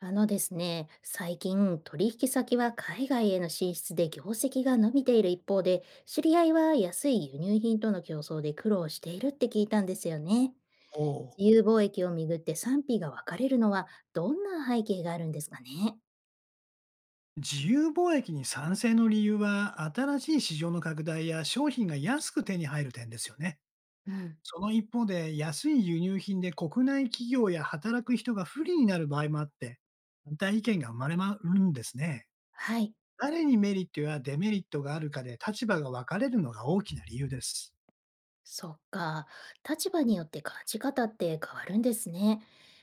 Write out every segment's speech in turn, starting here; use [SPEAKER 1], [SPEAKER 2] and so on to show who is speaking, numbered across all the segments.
[SPEAKER 1] あのですね、最近取引先は海外への進出で業績が伸びている一方で、知り合いは安い輸入品との競争で苦労しているって聞いたんですよね。
[SPEAKER 2] おう。
[SPEAKER 1] 自由貿易をめぐって賛否が分かれるのはどんな背景があるんですかね？
[SPEAKER 2] 自由貿易に賛成の理由は、新しい市場の拡大や商品が安く手に入る点ですよね。
[SPEAKER 1] うん、
[SPEAKER 2] その一方で、安い輸入品で国内企業や働く人が不利になる場合もあって、反対意見が生まれまるんですね。
[SPEAKER 1] はい、
[SPEAKER 2] 誰にメリットやデメリットがあるかで立場が分かれるのが大きな理由です。
[SPEAKER 1] そっか。立場によって感じ方って変わるんですね。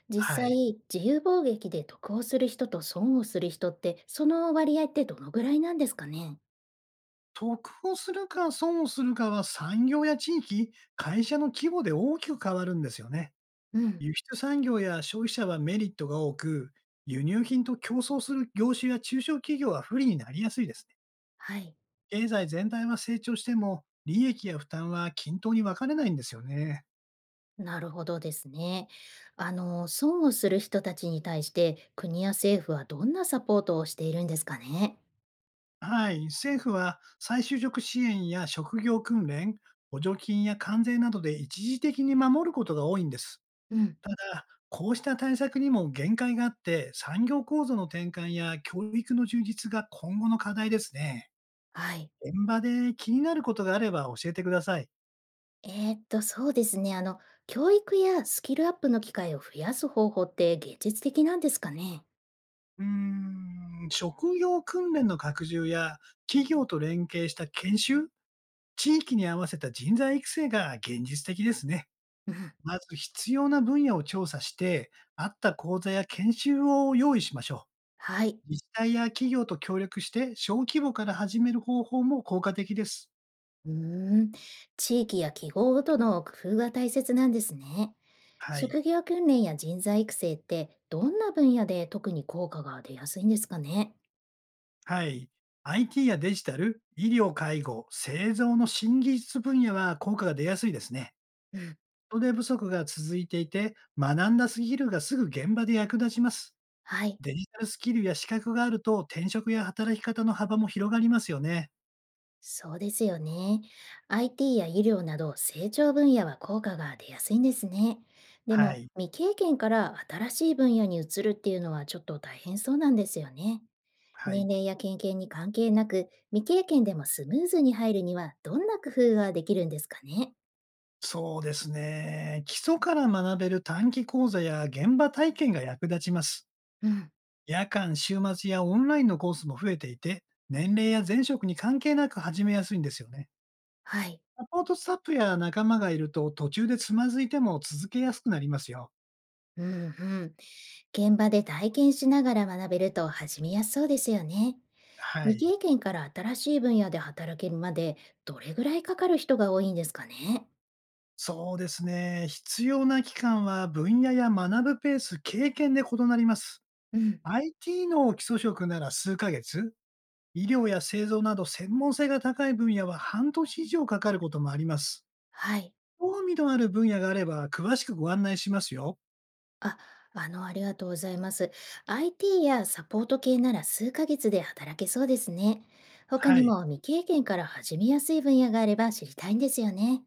[SPEAKER 1] 実
[SPEAKER 2] はい。
[SPEAKER 1] 際、自由貿易で得をする人と損をする人って、その割合ってどのぐらいなんですかね？
[SPEAKER 2] 得をするか損をするかは産業や地域、会社の規模で大きく変わるんですよね。
[SPEAKER 1] うん、
[SPEAKER 2] 輸出産業や消費者はメリットが多く、輸入品と競争する業種や中小企業は不利になりやすいですね。
[SPEAKER 1] はい。
[SPEAKER 2] 経済全体は成長しても、利益や負担は均等に分かれないんですよね。
[SPEAKER 1] なるほどですね。損をする人たちに対して国や政府はどんなサポートをしているんですかね？
[SPEAKER 2] はい。政府は再就職支援や職業訓練、補助金や関税などで一時的に守ることが多いんです。
[SPEAKER 1] うん、
[SPEAKER 2] ただ、こうした対策にも限界があって、産業構造の転換や教育の充実が今後の課題ですね。
[SPEAKER 1] はい。
[SPEAKER 2] 現場で気になることがあれば教えてください。
[SPEAKER 1] そうですね。教育やスキルアップの機会を増やす方法って現実的なんですかね？
[SPEAKER 2] うーん、職業訓練の拡充や企業と連携した研修、地域に合わせた人材育成が現実的ですね。
[SPEAKER 1] うん、
[SPEAKER 2] まず必要な分野を調査して、合った講座や研修を用意しましょ
[SPEAKER 1] はい。
[SPEAKER 2] う。自治体や企業と協力して小規模から始める方法も効果的です。
[SPEAKER 1] うーん。地域や記号ごとの工夫が大切なんですね。
[SPEAKER 2] はい。
[SPEAKER 1] 職業訓練や人材育成ってどんな分野で特に効果が出やすいんですかね？
[SPEAKER 2] はい。IT やデジタル、医療、介護、製造の新技術分野は効果が出やすいですね。
[SPEAKER 1] うん。
[SPEAKER 2] 人手不足が続いていて、学んだスキルがすぐ現場で役立ちます。
[SPEAKER 1] はい。
[SPEAKER 2] デジタルスキルや資格があると、転職や働き方の幅も広がりますよね。
[SPEAKER 1] そうですよね。IT や医療など成長分野は効果が出やすいんですね。で
[SPEAKER 2] は
[SPEAKER 1] も
[SPEAKER 2] い。
[SPEAKER 1] 未経験から新しい分野に移るっていうのはちょっと大変そうなんですよね。
[SPEAKER 2] はい。
[SPEAKER 1] 年齢や経験に関係なく未経験でもスムーズに入るにはどんな工夫ができるんですかね？
[SPEAKER 2] そうですね。基礎から学べる短期講座や現場体験が役立ちます。
[SPEAKER 1] うん、
[SPEAKER 2] 夜間、週末やオンラインのコースも増えていて、年齢や前職に関係なく始めやすいんですよね。
[SPEAKER 1] はい。
[SPEAKER 2] サポートスタッフや仲間がいると途中でつまずいても続けやすくなりますよ。
[SPEAKER 1] うんうん。現場で体験しながら学べると始めやすそうですよね。
[SPEAKER 2] は
[SPEAKER 1] 未
[SPEAKER 2] い。
[SPEAKER 1] 経験から新しい分野で働けるまでどれぐらいかかる人が多いんですかね？
[SPEAKER 2] そうですね。必要な期間は分野や学ぶペース、経験で異なります。
[SPEAKER 1] うん、
[SPEAKER 2] IT の基礎職なら数ヶ月、医療や製造など専門性が高い分野は半年以上かかることもあります。
[SPEAKER 1] はい。
[SPEAKER 2] 興味のある分野があれば詳しくご案内しますよ。
[SPEAKER 1] あ、ありがとうございます。IT やサポート系なら数ヶ月で働けそうですね。他
[SPEAKER 2] は
[SPEAKER 1] に
[SPEAKER 2] い。
[SPEAKER 1] も未経験から始めやすい分野があれば知りたいんですよね。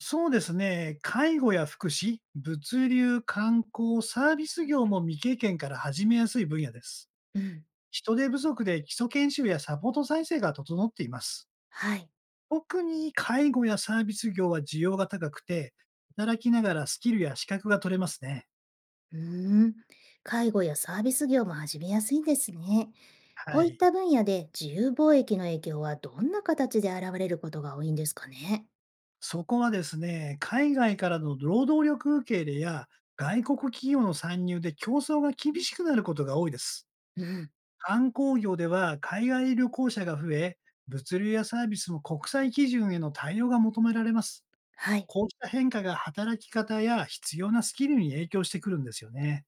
[SPEAKER 2] そうですね。介護や福祉、物流、観光、サービス業も未経験から始めやすい分野です。
[SPEAKER 1] うん。
[SPEAKER 2] 人手不足で基礎研修やサポート再生が整っています。
[SPEAKER 1] はい。
[SPEAKER 2] 特に介護やサービス業は需要が高くて、働きながらスキルや資格が取れますね。
[SPEAKER 1] うーん。介護やサービス業も始めやすいんですね。こ
[SPEAKER 2] は
[SPEAKER 1] ういっ
[SPEAKER 2] い。
[SPEAKER 1] た分野で自由貿易の影響はどんな形で現れることが多いんですかね？
[SPEAKER 2] そこはですね、海外からの労働力受け入れや外国企業の参入で競争が厳しくなることが多いです。
[SPEAKER 1] うん。
[SPEAKER 2] 観光業では海外旅行者が増え、物流やサービスも国際基準への対応が求められます。
[SPEAKER 1] はい。
[SPEAKER 2] こうした変化が働き方や必要なスキルに影響してくるんですよね。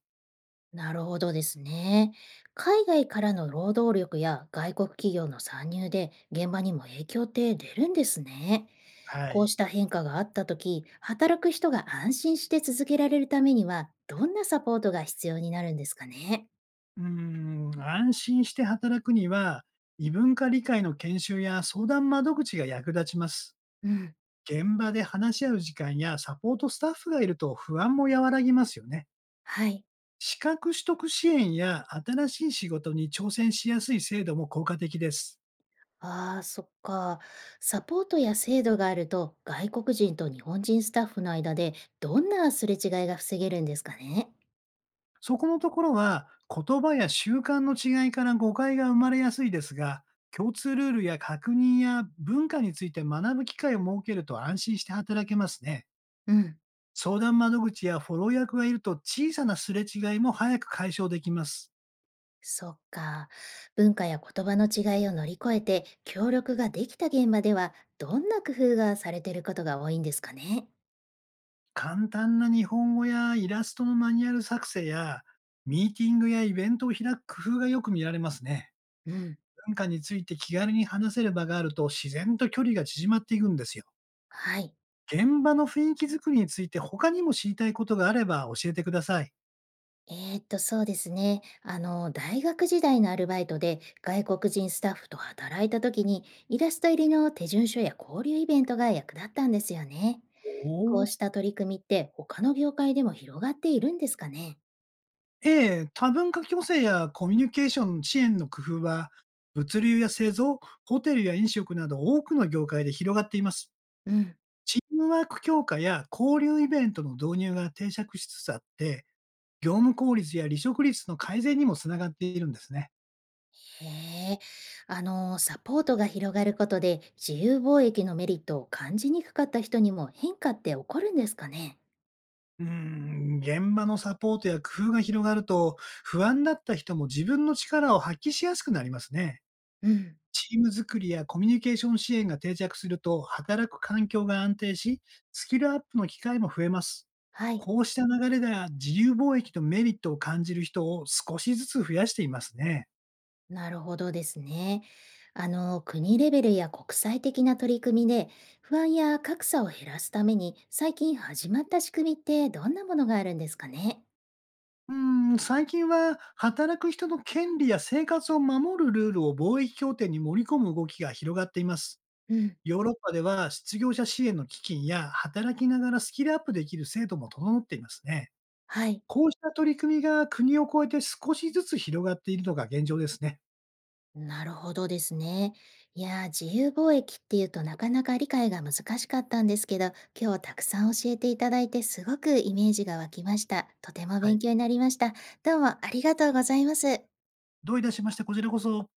[SPEAKER 1] なるほどですね。海外からの労働力や外国企業の参入で現場にも影響って出るんですね。
[SPEAKER 2] は
[SPEAKER 1] こう
[SPEAKER 2] い。
[SPEAKER 1] した変化があったとき、働く人が安心して続けられるためには、どんなサポートが必要になるんですかね？
[SPEAKER 2] うーん、安心して働くには、異文化理解の研修や相談窓口が役立ちます。
[SPEAKER 1] うん、
[SPEAKER 2] 現場で話し合う時間やサポートスタッフがいると不安も和らぎますよね。
[SPEAKER 1] はい。
[SPEAKER 2] 資格取得支援や新しい仕事に挑戦しやすい制度も効果的です。
[SPEAKER 1] ああ、そっか。サポートや制度があると、外国人と日本人スタッフの間でどんなすれ違いが防げるんですかね？
[SPEAKER 2] そこのところは言葉や習慣の違いから誤解が生まれやすいですが、共通ルールや確認や文化について学ぶ機会を設けると安心して働けますね。
[SPEAKER 1] うん。
[SPEAKER 2] 相談窓口やフォロー役がいると小さなすれ違いも早く解消できます。
[SPEAKER 1] そっか。文化や言葉の違いを乗り越えて協力ができた現場ではどんな工夫がされていることが多いんですかね？
[SPEAKER 2] 簡単な日本語やイラストのマニュアル作成や、ミーティングやイベントを開く工夫がよく見られますね。
[SPEAKER 1] うん、
[SPEAKER 2] 文化について気軽に話せる場があると自然と距離が縮まっていくんですよ。
[SPEAKER 1] はい。
[SPEAKER 2] 現場の雰囲気づくりについて他にも知りたいことがあれば教えてください。
[SPEAKER 1] そうですね。大学時代のアルバイトで外国人スタッフと働いた時にイラスト入りの手順書や交流イベントが役立ったんですよね。
[SPEAKER 2] お
[SPEAKER 1] こ
[SPEAKER 2] ー、
[SPEAKER 1] うした取り組みって他の業界でも広がっているんですかね？
[SPEAKER 2] ええ、多文化共生やコミュニケーションの支援の工夫は、物流や製造、ホテルや飲食など多くの業界で広がっています。
[SPEAKER 1] うん。
[SPEAKER 2] チームワーク強化や交流イベントの導入が定着しつつあって、業務効率や離職率の改善にもつながっているんですね。
[SPEAKER 1] へえ、サポートが広がることで自由貿易のメリットを感じにくかった人にも変化って起こるんですかね？
[SPEAKER 2] うーん、現場のサポートや工夫が広がると、不安だった人も自分の力を発揮しやすくなりますね。
[SPEAKER 1] うん、
[SPEAKER 2] チーム作りやコミュニケーション支援が定着すると、働く環境が安定し、スキルアップの機会も増えます。
[SPEAKER 1] はい、
[SPEAKER 2] こうした流れでは自由貿易のメリットを感じる人を少しずつ増やしていますね。
[SPEAKER 1] なるほどですね。国レベルや国際的な取り組みで不安や格差を減らすために最近始まった仕組みってどんなものがあるんですかね？
[SPEAKER 2] うーん、最近は働く人の権利や生活を守るルールを貿易協定に盛り込む動きが広がっています。
[SPEAKER 1] うん。
[SPEAKER 2] ヨーロッパでは失業者支援の基金や働きながらスキルアップできる制度も整っていますね。
[SPEAKER 1] はい。
[SPEAKER 2] こうした取り組みが国を越えて少しずつ広がっているのが現状ですね。
[SPEAKER 1] なるほどですね。いやー、自由貿易っていうとなかなか理解が難しかったんですけど、今日はたくさん教えていただいてすごくイメージが湧きました。とても
[SPEAKER 2] は
[SPEAKER 1] 勉
[SPEAKER 2] い。
[SPEAKER 1] 強になりました。どうもありがとうございます。
[SPEAKER 2] どういたしまして、こちらこそ。